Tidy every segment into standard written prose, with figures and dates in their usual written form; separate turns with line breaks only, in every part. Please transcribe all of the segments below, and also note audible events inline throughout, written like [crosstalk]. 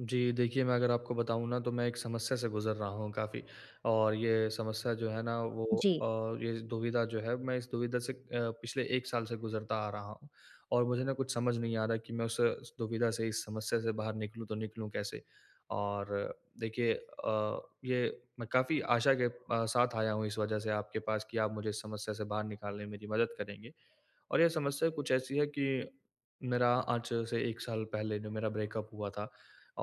जी, देखिए मैं अगर आपको बताऊँ ना तो मैं एक समस्या से गुज़र रहा हूँ काफ़ी और ये समस्या जो है ना वो
जी।
ये दुविधा जो है मैं इस दुविधा से पिछले 1 साल से गुज़रता आ रहा हूँ और मुझे ना कुछ समझ नहीं आ रहा कि मैं उस दुविधा से, इस समस्या से बाहर निकलूँ तो निकलूँ कैसे? और देखिए ये मैं काफ़ी आशा के साथ आया हूँ इस वजह से आपके पास कि आप मुझे इस समस्या से बाहर निकालने में मेरी मदद करेंगे और ये समस्या कुछ ऐसी है कि मेरा आज से 1 साल पहले जो मेरा ब्रेकअप हुआ था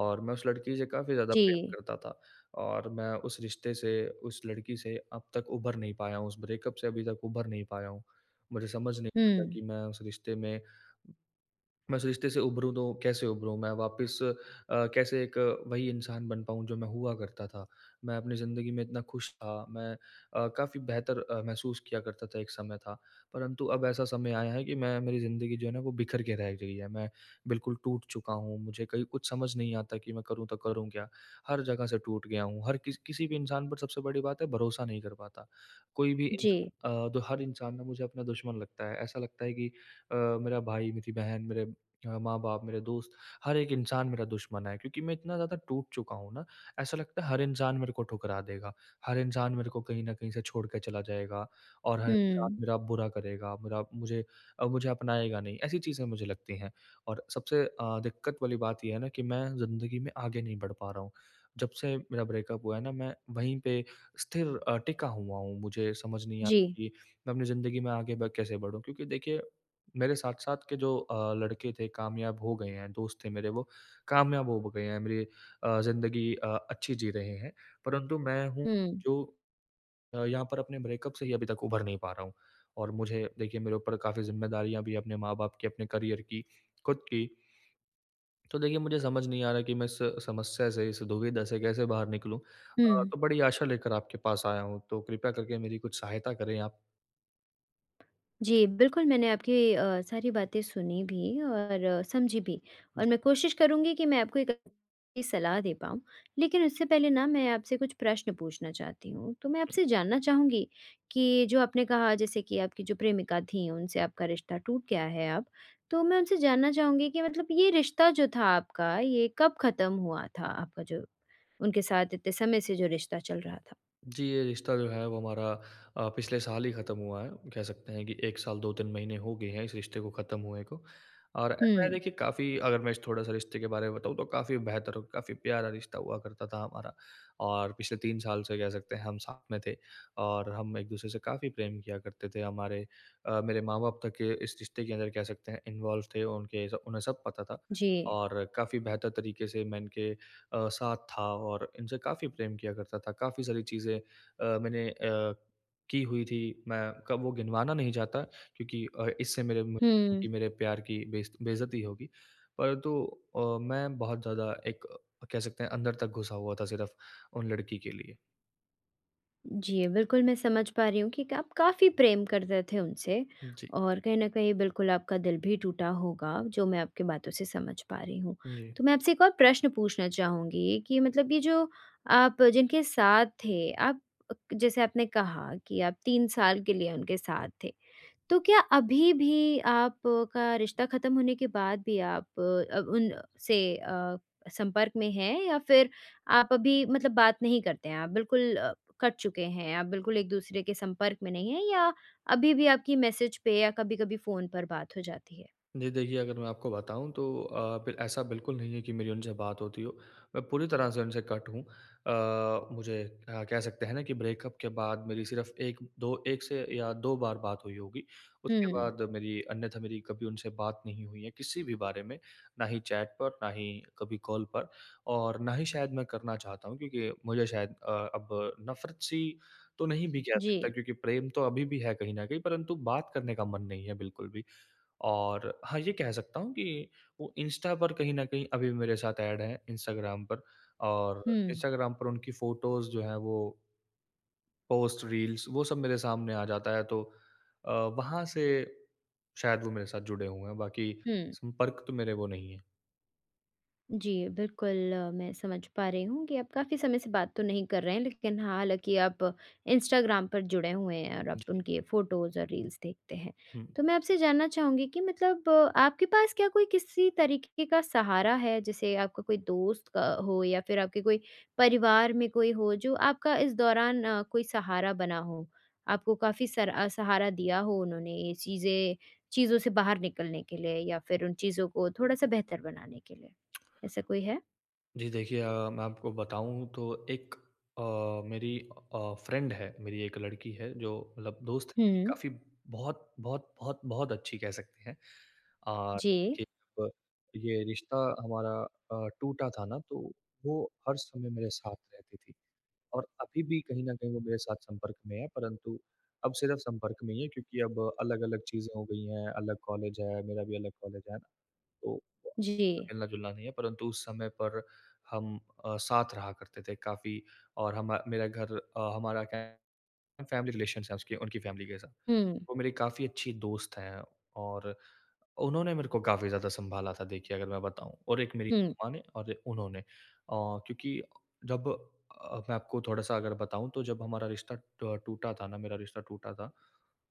और मैं उस लड़की से काफ़ी ज़्यादा प्रेम
जी।
करता था और मैं उस रिश्ते से उस लड़की से अब तक उभर नहीं पाया हूँ, उस ब्रेकअप से अभी तक उभर नहीं पाया हूँ। मुझे समझ नहीं आता
हुँ।
कि मैं उस रिश्ते में मैं उस रिश्ते से उभरूँ तो कैसे उभरूँ? मैं वापस कैसे एक वही इंसान बन पाऊँ जो मैं हुआ करता था? मैं अपनी ज़िंदगी में इतना खुश था, मैं काफ़ी बेहतर महसूस किया करता था, एक समय था। परंतु अब ऐसा समय आया है कि मैं मेरी ज़िंदगी जो है ना वो बिखर के रह गई है। मैं बिल्कुल टूट चुका हूँ, मुझे कहीं कुछ समझ नहीं आता कि मैं करूँ तो करूँ क्या? हर जगह से टूट गया हूँ, हर किसी भी इंसान पर सबसे बड़ी बात है भरोसा नहीं कर पाता। कोई भी
जी।
इंसान तो हर इंसान ना मुझे अपना दुश्मन लगता है। ऐसा लगता है कि अ, मेरा भाई, मेरी बहन, मेरे माँ-बाप, मेरे दोस्त, हर एक इंसान मेरा दुश्मन है क्योंकि मैं इतना ज़्यादा टूट चुका हूँ ना, ऐसा लगता है हर इंसान मेरे को ठुकरा देगा। हर इंसान मेरे को कहीं न कहीं से छोड़ के चला जाएगा और हर इंसान
हुँ।
मेरा बुरा करेगा, मेरा मुझे मुझे अपनाएगा नहीं, ऐसी चीज़ें मुझे लगती हैं। और सबसे दिक्कत वाली बात ये है ना कि मैं ज़िंदगी में आगे नहीं बढ़ पा रहा हूँ। जब से मेरा ब्रेकअप हुआ है ना, मैं वहीं पे स्थिर टिका हुआ हूँ। मुझे समझ नहीं आता
जी।
कि मैं अपनी ज़िंदगी में आगे ब कैसे बढ़ूँ? क्योंकि देखिए मेरे साथ-साथ के जो लड़के थे कामयाब हो गए हैं, दोस्त थे मेरे वो कामयाब हो गए हैं, मेरी ज़िंदगी अच्छी जी रहे हैं। परंतु मैं हूँ
हुँ।
जो यहाँ पर अपने ब्रेकअप से ही अभी तक उभर नहीं पा रहा हूँ। और मुझे देखिए मेरे ऊपर काफ़ी ज़िम्मेदारियाँ भी हैं अपने माँ-बाप की, अपने करियर की, खुद की। तो देखिए मुझे समझ नहीं आ रहा कि मैं इस समस्या से, इस दुविधा से कैसे बाहर निकलूँ?
हुँ।
तो बड़ी आशा लेकर आपके पास आया हूँ, तो कृपया करके मेरी कुछ सहायता करें आप।
जी, बिल्कुल मैंने आपकी सारी बातें सुनी भी और समझी भी और मैं
जी।
कोशिश करूँगी कि मैं आपको एक अच्छी सलाह दे पाऊँ। लेकिन उससे पहले ना मैं आपसे कुछ प्रश्न पूछना चाहती हूँ। तो मैं आपसे जानना चाहूँगी कि जो आपने कहा जैसे कि आपकी जो प्रेमिका थीं उनसे आपका रिश्ता टूट गया है अब। तो मैं उनसे जानना चाहूँगी कि मतलब ये रिश्ता जो था आपका ये कब ख़त्म हुआ था आपका जो उनके साथ इतने समय से जो रिश्ता चल रहा था।
जी, ये रिश्ता जो है वो हमारा पिछले साल ही ख़त्म हुआ है। कह सकते हैं कि 1 साल 2-3 महीने हो गए हैं इस रिश्ते को ख़त्म हुए को। और ऐसा है
हुँ।
देखिए काफ़ी अगर मैं इस थोड़ा-सा रिश्ते के बारे में बताऊँ तो काफ़ी बेहतर और काफ़ी प्यारा रिश्ता हुआ करता था हमारा। और पिछले 3 साल से कह सकते हैं हम साथ में थे और हम एक-दूसरे से काफ़ी प्रेम किया करते थे। हमारे मेरे माँ-बाप तक के इस रिश्ते के अंदर कह सकते हैं इन्वॉल्व थे। उनके स उन्हें सब पता था
जी।
और काफ़ी बेहतर तरीके से मैं इनके साथ था और इनसे काफ़ी प्रेम किया करता था। काफ़ी सारी चीज़ें मैंने की हुई थी। मैं क वो गिनवाना नहीं चाहता क्योंकि इससे मेरे म [laughs] कि
हुँ।
मेरे प्यार की बेइज़्त बेइज़्ज़ती होगी। परंतु मैं बहुत ज़्यादा एक कह सकते हैं अंदर तक घुसा हुआ था सिर्फ़ उन लड़की के लिए।
जी, बिल्कुल मैं समझ पा रही हूँ कि आप काफ़ी प्रेम करते थे उनसे
जी।
और कहीं न कहीं बिल्कुल आपका दिल भी टूटा होगा, जो मैं आपकी बातों से समझ पा रही हूँ।
जी।
तो मैं आपसे एक और प्रश्न पूछना चाहूँगी कि मतलब ये जो आप जिनके साथ थे, आप जैसे आपने कहा कि आप 3 साल के लिए उनके साथ थे। तो क्या अभी भी आप का रिश्ता ख़त्म होने के बाद भी आप उन से संपर्क में हैं या फिर आप अभी मतलब बात नहीं करते हैं? आप बिल्कुल कट चुके हैं, आप बिल्कुल एक-दूसरे के संपर्क में नहीं हैं या अभी भी आपकी मैसेज पे या कभी-कभी फ़ोन पर बात हो जाती है?
जी, देखिए अगर मैं आपको बताऊँ तो बिल ऐसा बिल्कुल नहीं है कि मेरी उनसे बात होती हो। मैं पूरी तरह से उनसे कट हूँ। मुझे कह सकते हैं ना कि ब्रेकअप के बाद मेरी सिर्फ़ 1 से या 2 बार बात हुई होगी। उसके
हुँ।
बाद मेरी अन्यथा मेरी कभी उनसे बात नहीं हुई है किसी भी बारे में, ना ही चैट पर, ना ही कभी कॉल पर और ना ही शायद मैं करना चाहता हूँ क्योंकि मुझे शायद अब नफ़रत-सी तो नहीं भी कह
जी।
सकता क्योंकि प्रेम तो अभी भी है कहीं न कहीं परंतु बात करने का मन नहीं है बिल्कुल भी। और हाँ, ये कह सकता हूँ कि वो इंस्टा पर कहीं न कहीं अभी मेरे साथ ऐड हैं इंस्टाग्राम पर और
हुँ।
इंस्टाग्राम पर उनकी फ़ोटोज़ जो हैं वो पोस्ट, रील्स वो सब मेरे सामने आ जाता है तो अ, वहाँ से शायद वो मेरे साथ जुड़े हुए हैं, बाकी
हुँ।
संपर्क तो मेरे वो नहीं है।
जी, बिल्कुल मैं समझ पा रही हूँ कि आप काफ़ी समय से बात तो नहीं कर रहे हैं, लेकिन हाँ, हालाँकि आप इंस्टाग्राम पर जुड़े हुए हैं और आप
जी।
उनके फ़ोटोज़ और रील्स देखते हैं।
हुँ।
तो मैं आपसे जानना चाहूँगी कि मतलब आपके पास क्या कोई किसी तरीके का सहारा है, जैसे आपका कोई दोस्त का हो या फिर आपके कोई परिवार में कोई हो जो आपका इस दौरान कोई सहारा बना हो? आपको काफ़ी सहारा दिया हो उन्होंने ये चीज़ें चीज़ों से बाहर निकलने के लिए या फिर उन चीज़ों को थोड़ा-सा बेहतर बनाने के लिए? ऐसा कोई है?
जी, देखिए मैं आपको बताऊँ तो एक अ, मेरी फ्रेंड है, मेरी एक लड़की है जो मतलब दोस्त है मेरी
हुँ।
काफ़ी बहुत बहुत बहुत बहुत अच्छी कह सकते हैं। और
जी।
देखिए जब ये रिश्ता हमारा टूटा था ना तो वो हर समय मेरे साथ रहती थी और अभी भी कहीं न कहीं वो मेरे साथ संपर्क में है परंतु अब सिर्फ़ संपर्क में ही है क्योंकि अब अलग-अलग चीज़ें हो गई हैं, अलग कॉलेज है, मेरा भी अलग कॉलेज है ना, तो
जी।
मिलना-जुलना नहीं है परंतु उस समय पर हम साथ रहा करते थे काफ़ी और हम मेरा घर हमारा क्या फैमिली रिलेशंस हैं उसकी उनकी फैमिली के साथ।
हुँ।
वो मेरी काफ़ी अच्छी दोस्त हैं और उन्होंने मेरे को काफ़ी ज़्यादा सँभाला था देखिए अगर मैं बताऊँ और एक मेरी
हुँ।
मम्मा ने और उन्होंने। क्योंकि जब मैं आपको थोड़ा-सा अगर बताऊँ तो जब हमारा रिश्ता ट टूटा था ना, मेरा रिश्ता टूटा था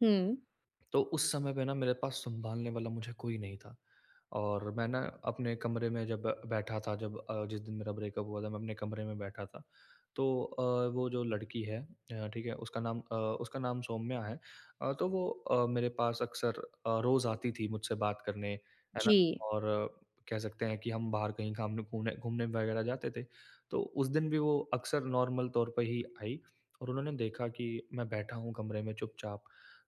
हुँ।
तो उस समय पे ना मेरे पास सँभालने वाला मुझे कोई नहीं था और मैं ना अपने कमरे में जब बैठा था जब जिस दिन मेरा ब्रेकअप हुआ था मैं अपने कमरे में बैठा था। तो वो जो लड़की है ठीक है? उसका नाम उसका नाम सौम्या है। तो वो मेरे पास अक्सर रोज़ आती थी मुझसे बात करने, है ना?
जी।
और कह सकते हैं कि हम बाहर कहीं घामने घूमने घूमने वगैरह जाते थे। तो उस दिन भी वो अक्सर नॉर्मल तौर पे ही आई और उन्होंने देखा कि मैं बैठा हूँ कमरे में चुपचाप।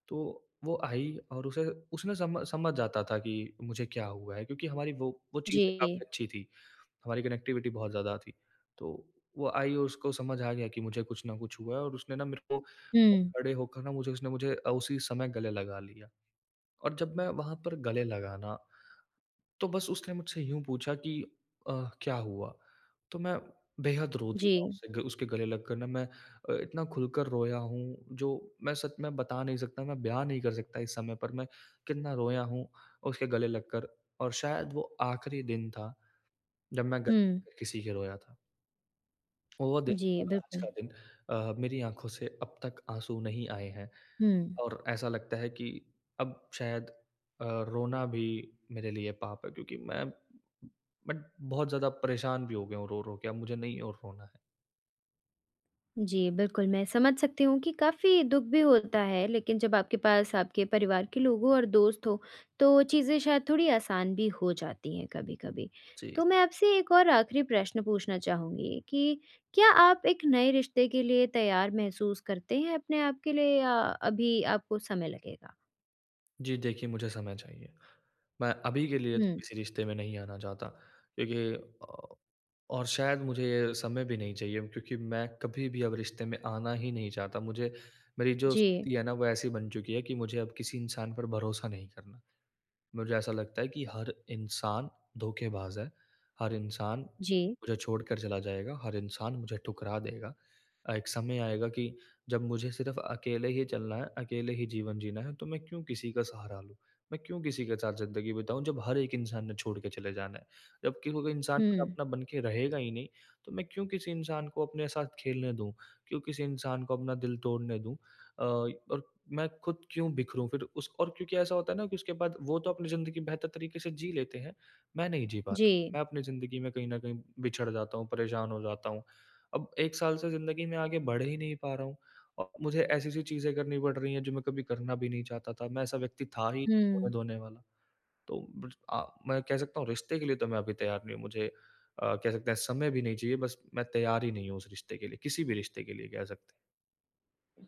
तो वो आई और उसे उसने सम समझ जाता था कि मुझे क्या हुआ है क्योंकि हमारी वो चीज़ें काफ़ी
जी।
अच्छी थी। हमारी कनेक्टिविटी बहुत ज़्यादा थी। तो वो आई और उसको समझ आ गया कि मुझे कुछ ना कुछ हुआ है और उसने ना मेरे को
हुँ।
खड़े होकर ना मुझे उसी समय गले लगा लिया। और जब मैं वहाँ पर गले लगाना तो बस उसने मुझसे यूँ पूछा कि अ, क्या हुआ? तो मैं बेहद रो दिया
जी।
उससे ग उसके गले लगकर ना मैं इतना खुलकर रोया हूँ, जो मैं सच में बता नहीं सकता, मैं बयान नहीं कर सकता इस समय पर मैं कितना रोया हूँ उसके गले लगकर और शायद वो आखिरी दिन था जब मैं गले
हुँ।
लगकर किसी के रोया था। वो दिन
जी,
और आज
बिल्कुल।
का दिन मेरी आँखों से अब तक आँसू नहीं आए हैं।
हुँ।
और ऐसा लगता है कि अब शायद रोना भी मेरे लिए पाप है क्योंकि मैं बट बहुत ज़्यादा परेशान भी हो गया हूँ रो रो के, अब मुझे नहीं और रोना है।
जी, बिल्कुल, मैं समझ सकती हूँ कि काफ़ी दुःख भी होता है, लेकिन जब आपके पास आपके परिवार के लोगों और दोस्त हो, तो चीज़ें शायद थोड़ी आसान भी हो जाती हैं कभी-कभी।
जी।
तो मैं आपसे एक और आखिरी प्रश्न पूछना चाहूँगी कि क्या आप एक नए रिश्ते के लिए तैयार महसूस करते हैं अपने आप के लिए या अभी आपको समय लगेगा?
जी, देखिए मुझे समय चाहिए। मैं अभी के लिए तो
हुँ।
किसी रिश्ते में नहीं आना चाहता क्योंकि और शायद मुझे ये समय भी नहीं चाहिए क्योंकि मैं कभी भी अब रिश्ते में आना ही नहीं चाहता। मुझे मेरी जो
जी।
स्थिति है ना वो ऐसी बन चुकी है कि मुझे अब किसी इंसान पर भरोसा नहीं करना। मुझे ऐसा लगता है कि हर इंसान धोखेबाज है। हर इंसान
जी।
मुझे छोड़कर चला जाएगा, हर इंसान मुझे ठुकरा देगा। एक समय आएगा कि जब मुझे सिर्फ़ अकेले ही चलना है, अकेले ही जीवन जीना है, तो मैं क्यों किसी का सहारा लूँ? मैं क्यों किसी के साथ ज़िंदगी बिताऊँ जब हर एक इंसान ने छोड़ के चले जाना है? जब कि कोई इंसान मेरा
हुँ।
अपना बन के रहेगा ही नहीं, तो मैं क्यों किसी इंसान को अपने साथ खेलने दूँ? क्यों किसी इंसान को अपना दिल तोड़ने दूँ? और मैं खुद क्यों बिखरूँ फिर उस और क्योंकि ऐसा होता है ना कि उसके बाद वो तो अपनी ज़िंदगी बेहतर तरीके से जी लेते हैं, मैं नहीं जी पाता।
जी।
मैं अपनी ज़िंदगी में कहीं न कहीं बिछड़ जाता हूँ, परेशान हो जाता हूँ। अब 1 साल से ज़िंदगी में आगे बढ़ ही नहीं पा रहा हूँ और मुझे ऐसी-ऐसी चीज़ें करनी पड़ रही हैं जो मैं कभी करना भी नहीं चाहता था। मैं ऐसा व्यक्ति था ही
हुँ।
रोने-धोने वाला। तो बिट मैं कह सकता हूँ रिश्ते के लिए तो मैं अभी तैयार नहीं हूँ। मुझे कह सकते हैं समय भी नहीं चाहिए बस मैं तैयार ही नहीं हूँ उस रिश्ते के लिए, किसी भी रिश्ते के लिए कह सकते हैं।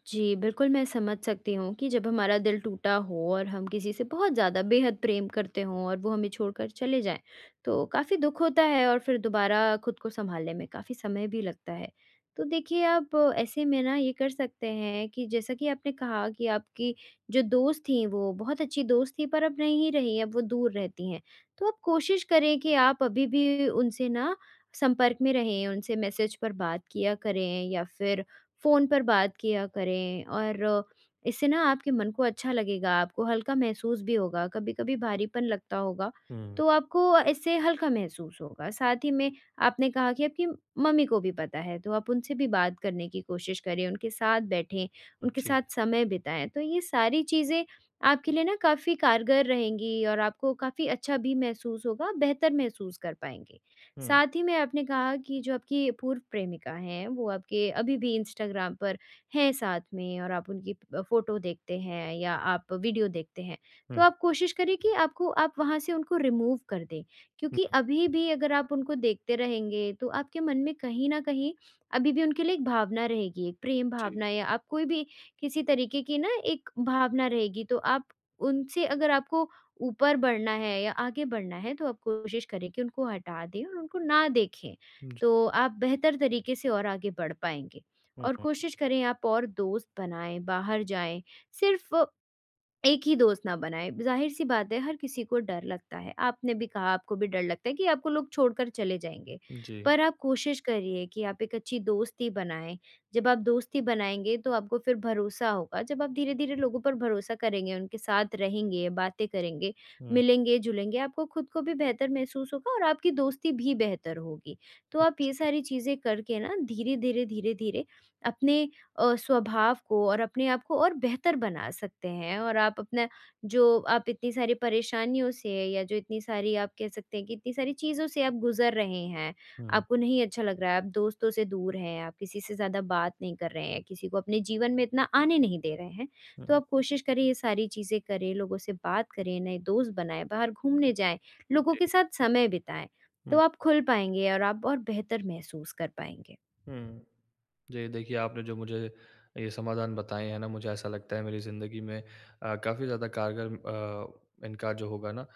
जी, बिल्कुल मैं समझ सकती हूँ कि जब हमारा दिल टूटा हो और हम किसी से बहुत ज़्यादा बेहद प्रेम करते हों और वो हमें छोड़कर चले जाएँ, तो काफ़ी दुःख होता है और फिर दोबारा खुद को सँभालने में काफ़ी समय भी लगता है। तो देखिए, आप ऐसे में ना ये कर सकते हैं कि जैसा कि आपने कहा कि आपकी जो दोस्त थीं, वो बहुत अच्छी दोस्त थीं पर अब नहीं रहीं, अब वो दूर रहती हैं। तो आप कोशिश करें कि आप अभी भी उनसे ना संपर्क में रहें, उनसे मैसेज पर बात किया करें या फिर फ़ोन पर बात किया करें और इससे ना आपके मन को अच्छा लगेगा, आपको हल्का महसूस भी होगा, कभी-कभी भारीपन लगता होगा,
हुँ।
तो आपको इससे हल्का महसूस होगा। साथ ही में आपने कहा कि आपकी मम्मी को भी पता है, तो आप उनसे भी बात करने की कोशिश करें, उनके साथ बैठें, उनके
जी।
साथ समय बिताएँ, तो ये सारी चीज़ें आपके लिए ना काफ़ी कारगर रहेंगी और आपको काफ़ी अच्छा भी महसूस होगा, बेहतर महसूस कर पाएँगे।
हुँ।
साथ ही में आपने कहा कि जो आपकी पूर्व प्रेमिका हैं, वो आपके अभी भी इंस्टाग्राम पर हैं साथ में और आप उनकी फ़ोटो देखते हैं या आप वीडियो देखते हैं। तो
हुँ,
आप कोशिश करें कि आपको आप वहाँ से उनको रिमूव कर दें,
हुँ,
क्योंकि अभी भी अगर आप उनको देखते रहेंगे, तो आपके मन में कहीं न कहीं अभी भी उनके लिए एक भावना रहेगी, एक प्रेम
जी,
भावना या आप कोई भी किसी तरीके की ना एक भावना रहेगी। तो आप उनसे अगर आपको ऊपर बढ़ना है या आगे बढ़ना है तो आप कोशिश करें कि उनको हटा दें और उनको ना देखें,
जी,
तो आप बेहतर तरीके से और आगे बढ़ पाएँगे।
हुँ,
और
हुँ,
कोशिश करें आप और दोस्त बनाएँ, बाहर जाएँ, सिर्फ़ एक ही दोस्त ना बनाए, ज़ाहिर-सी बात है हर किसी को डर लगता है। आपने भी कहा आपको भी डर लगता है कि आपको लोग छोड़कर चले जाएँगे।
जी,
पर आप कोशिश करिए कि आप एक अच्छी दोस्ती बनाएँ। जब आप दोस्ती बनाएँगे तो आपको फिर भरोसा होगा। जब आप धीरे-धीरे लोगों पर भरोसा करेंगे, उनके साथ रहेंगे, बातें करेंगे,
हुँ,
मिलेंगे-जुलेंगे, आपको खुद को भी बेहतर महसूस होगा और आपकी दोस्ती भी बेहतर होगी। तो आप ये
जी,
सारी चीज़ें करके ना धीरे-धीरे, धीरे-धीरे अपने स्वभाव को और अपने आप को और बेहतर बना सकते हैं और आप अपना जो आप इतनी सारी परेशानियों से या जो इतनी सारी आप कह सकते हैं कि इतनी सारी चीज़ों से आप गुज़र रहे हैं,
हुँ,
आपको नहीं अच्छा लग रहा है, आप दोस्तों से दूर हैं, आप किसी से ज़्यादा बात नहीं कर रहे हैं, किसी को अपने जीवन में इतना आने नहीं दे रहे हैं,
हुँ,
तो आप कोशिश करें ये सारी चीज़ें करें, लोगों से बात करें, नए दोस्त बनाएँ, बाहर घूमने जाएँ, लोगों
जी,
के साथ समय बिताएँ, तो
हुँ,
आप खुल पाएँगे और आप और बेहतर महसूस कर पाएँगे।
हुँ। जी, देखिए आपने जो मुझे ये समाधान बताए हैं ना, मुझे ऐसा लगता है मेरी ज़िंदगी में काफ़ी ज़्यादा कारगर इनका जो होगा ना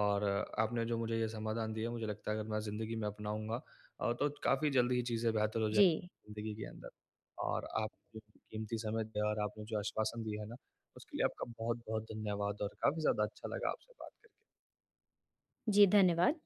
और आपने जो मुझे ये समाधान दिए, मुझे लगता है अगर मैं ज़िंदगी में अपनाऊँगा तो काफ़ी जल्दी ही चीज़ें बेहतर हो
जी।
जाएँगी ज़िंदगी के अंदर। और आपने जो कीमती समय दिया और आपने जो आश्वासन दिया है ना, उसके लिए आपका बहुत-बहुत धन्यवाद और काफ़ी ज़्यादा अच्छा लगा आपसे बात करके।
जी, धन्यवाद।